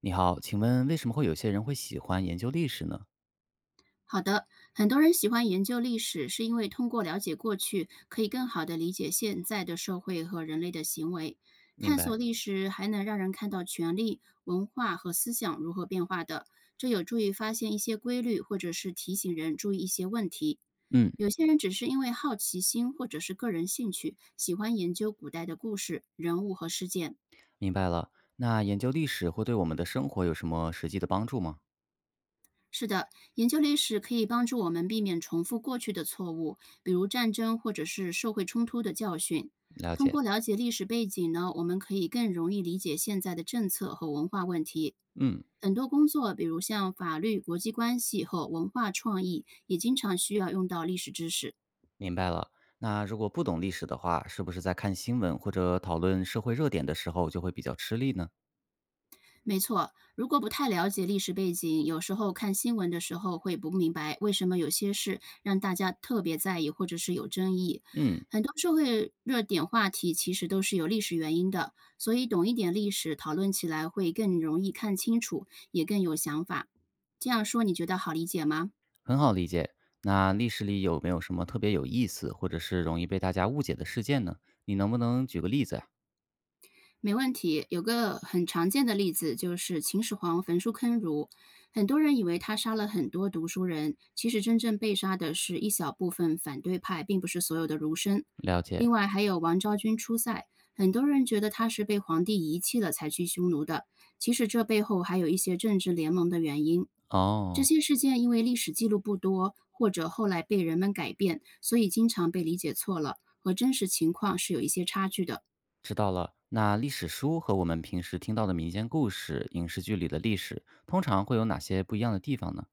你好，请问为什么会有些人会喜欢研究历史呢？好的，很多人喜欢研究历史，是因为通过了解过去，可以更好地理解现在的社会和人类的行为。明探索白，历史还能让人看到权力、文化和思想如何变化的，这有助于发现一些规律，或者是提醒人注意一些问题。嗯，有些人只是因为好奇心或者是个人兴趣，喜欢研究古代的故事、人物和事件。明白了。那研究历史会对我们的生活有什么实际的帮助吗？是的，研究历史可以帮助我们避免重复过去的错误，比如战争或者是社会冲突的教训。了通解，过了解历史背景呢，我们可以更容易理解现在的政策和文化问题。嗯，很多工作，比如像法律、国际关系和文化创意，也经常需要用到历史知识。明白了。那如果不懂历史的话，是不是在看新闻或者讨论社会热点的时候就会比较吃力呢？没错，如果不太了解历史背景，有时候看新闻的时候会不明白为什么有些事让大家特别在意或者是有争议。嗯，很多社会热点话题其实都是有历史原因的，所以懂一点历史，讨论起来会更容易看清楚，也更有想法。这样说你觉得好理解吗？很好理解。那历史里有没有什么特别有意思，或者是容易被大家误解的事件呢？你能不能举个例子呀？没问题，有个很常见的例子就是秦始皇焚书坑儒，很多人以为他杀了很多读书人，其实真正被杀的是一小部分反对派，并不是所有的儒生。了解，另外还有王昭君出塞，很多人觉得他是被皇帝遗弃了才去匈奴的，其实这背后还有一些政治联盟的原因。这哦。些事件因为历史记录不多，或者后来被人们改变，所以经常被理解错了，和真实情况是有一些差距的。知道了。那历史书和我们平时听到的民间故事、影视剧里的历史，通常会有哪些不一样的地方呢？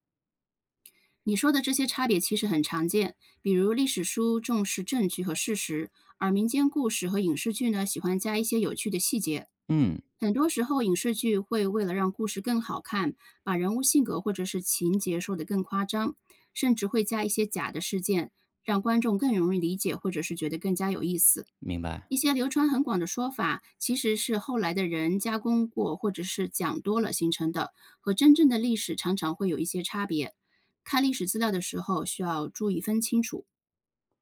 你说的这些差别其实很常见，比如历史书重视证据和事实，而民间故事和影视剧呢，喜欢加一些有趣的细节。嗯，很多时候，影视剧会为了让故事更好看，把人物性格或者是情节说得更夸张，甚至会加一些假的事件，让观众更容易理解或者是觉得更加有意思。明白。一些流传很广的说法，其实是后来的人加工过或者是讲多了形成的，和真正的历史常常会有一些差别。看历史资料的时候，需要注意分清楚。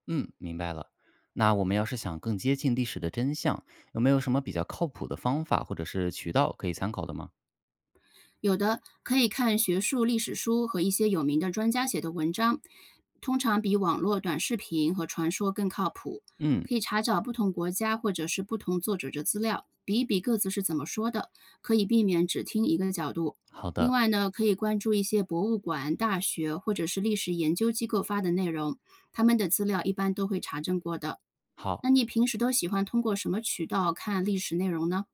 嗯，明白了。那我们要是想更接近历史的真相，有没有什么比较靠谱的方法或者是渠道可以参考的吗？有的可以看学术历史书和一些有名的专家写的文章，通常比网络短视频和传说更靠谱。嗯，可以查找不同国家或者是不同作者的资料，比一比各自是怎么说的，可以避免只听一个角度。好另的，外呢，可以关注一些博物馆、大学或者是历史研究机构发的内容，他们的资料一般都会查证过的。好。那你平时都喜欢通过什么渠道看历史内容呢？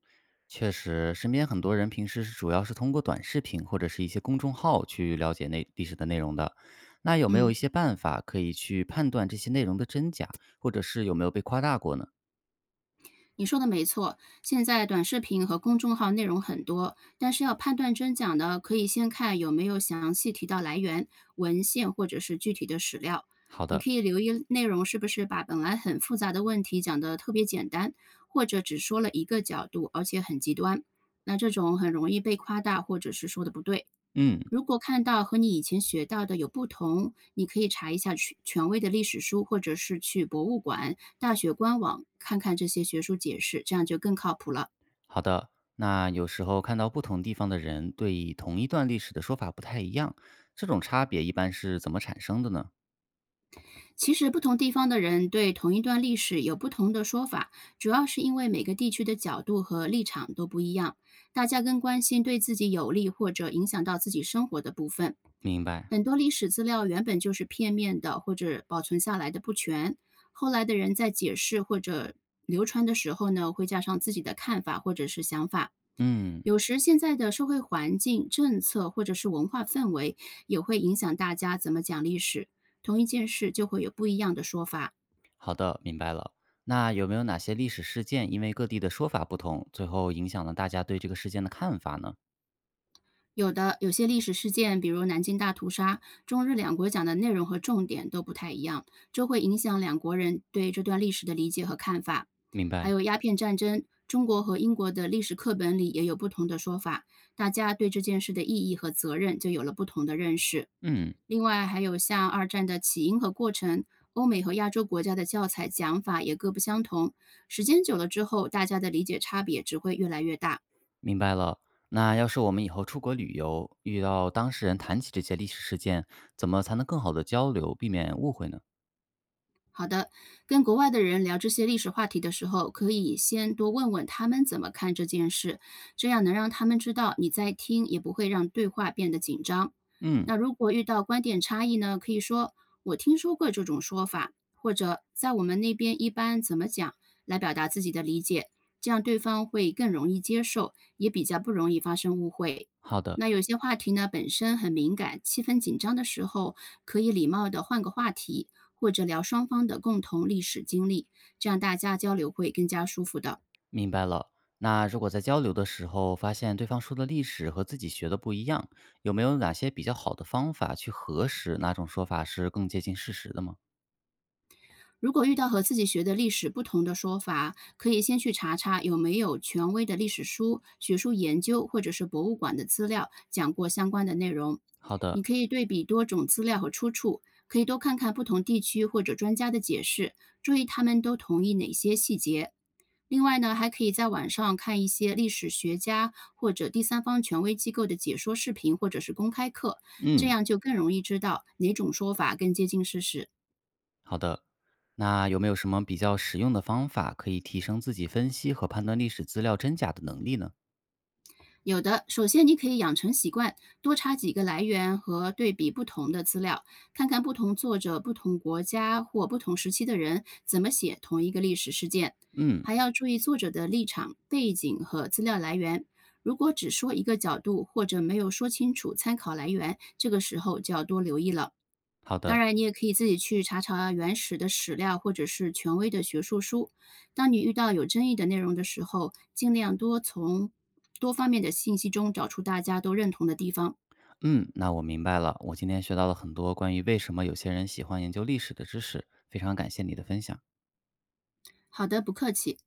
确实，身边很多人平时是主要是通过短视频或者是一些公众号去了解那历史的内容的。那有没有嗯。一些办法可以去判断这些内容的真假，或者是有没有被夸大过呢？你说的没错，现在短视频和公众号内容很多，但是要判断真假呢，可以先看有没有详细提到来源、文献或者是具体的史料。好你的，可以留意内容是不是把本来很复杂的问题讲得特别简单，或者只说了一个角度，而且很极端。那这种很容易被夸大，或者是说的不对。嗯，如果看到和你以前学到的有不同，你可以查一下权威的历史书，或者是去博物馆、大学官网看看这些学术解释，这样就更靠谱了。好的。那有时候看到不同地方的人对同一段历史的说法不太一样，这种差别一般是怎么产生的呢？其实，不同地方的人对同一段历史有不同的说法，主要是因为每个地区的角度和立场都不一样，大家更关心对自己有利或者影响到自己生活的部分。明白。很多历史资料原本就是片面的，或者保存下来的不全，后来的人在解释或者流传的时候呢，会加上自己的看法或者是想法。嗯，有时现在的社会环境、政策或者是文化氛围，也会影响大家怎么讲历史，同一件事就会有不一样的说法。好的，明白了。那有没有哪些历史事件因为各地的说法不同，最后影响了大家对这个事件的看法呢？有的有些历史事件，比如南京大屠杀，中日两国讲的内容和重点都不太一样，这会影响两国人对这段历史的理解和看法。明还白。有鸦片战争，中国和英国的历史课本里也有不同的说法，大家对这件事的意义和责任就有了不同的认识。嗯，另外，还有像二战的起因和过程，欧美和亚洲国家的教材讲法也各不相同，时间久了之后，大家的理解差别只会越来越大。明白了。那要是我们以后出国旅游，遇到当事人谈起这些历史事件，怎么才能更好的交流，避免误会呢？好的，跟国外的人聊这些历史话题的时候，可以先多问问他们怎么看这件事，这样能让他们知道你在听，也不会让对话变得紧张。嗯，那如果遇到观点差异呢，可以说“我听说过这种说法”，或者“在我们那边一般怎么讲”，来表达自己的理解，这样对方会更容易接受，也比较不容易发生误会。好的。那有些话题呢本身很敏感，气氛紧张的时候，可以礼貌的换个话题，或者聊双方的共同历史经历，这样大家交流会更加舒服的。明白了。那如果在交流的时候发现对方说的历史和自己学的不一样，有没有哪些比较好的方法去核实哪种说法是更接近事实的吗？如果遇到和自己学的历史不同的说法，可以先去查查有没有权威的历史书、学术研究或者是博物馆的资料讲过相关的内容。好你的，可以对比多种资料和出处，可以多看看不同地区或者专家的解释，注意他们都同意哪些细节。另外呢，还可以在网上看一些历史学家或者第三方权威机构的解说视频或者是公开课，这嗯，样就更容易知道哪种说法更接近事实。好的。那有没有什么比较实用的方法可以提升自己分析和判断历史资料真假的能力呢？有的，首先你可以养成习惯，多查几个来源和对比不同的资料，看看不同作者、不同国家或不同时期的人怎么写同一个历史事件。嗯，还要注意作者的立场、背景和资料来源。如果只说一个角度，或者没有说清楚参考来源，这个时候就要多留意了。好当的。然，你也可以自己去查查原始的史料或者是权威的学术书。当你遇到有争议的内容的时候，尽量多从多方面的信息中找出大家都认同的地方。嗯，那我明白了。我今天学到了很多关于为什么有些人喜欢研究历史的知识，非常感谢你的分享。好的，不客气。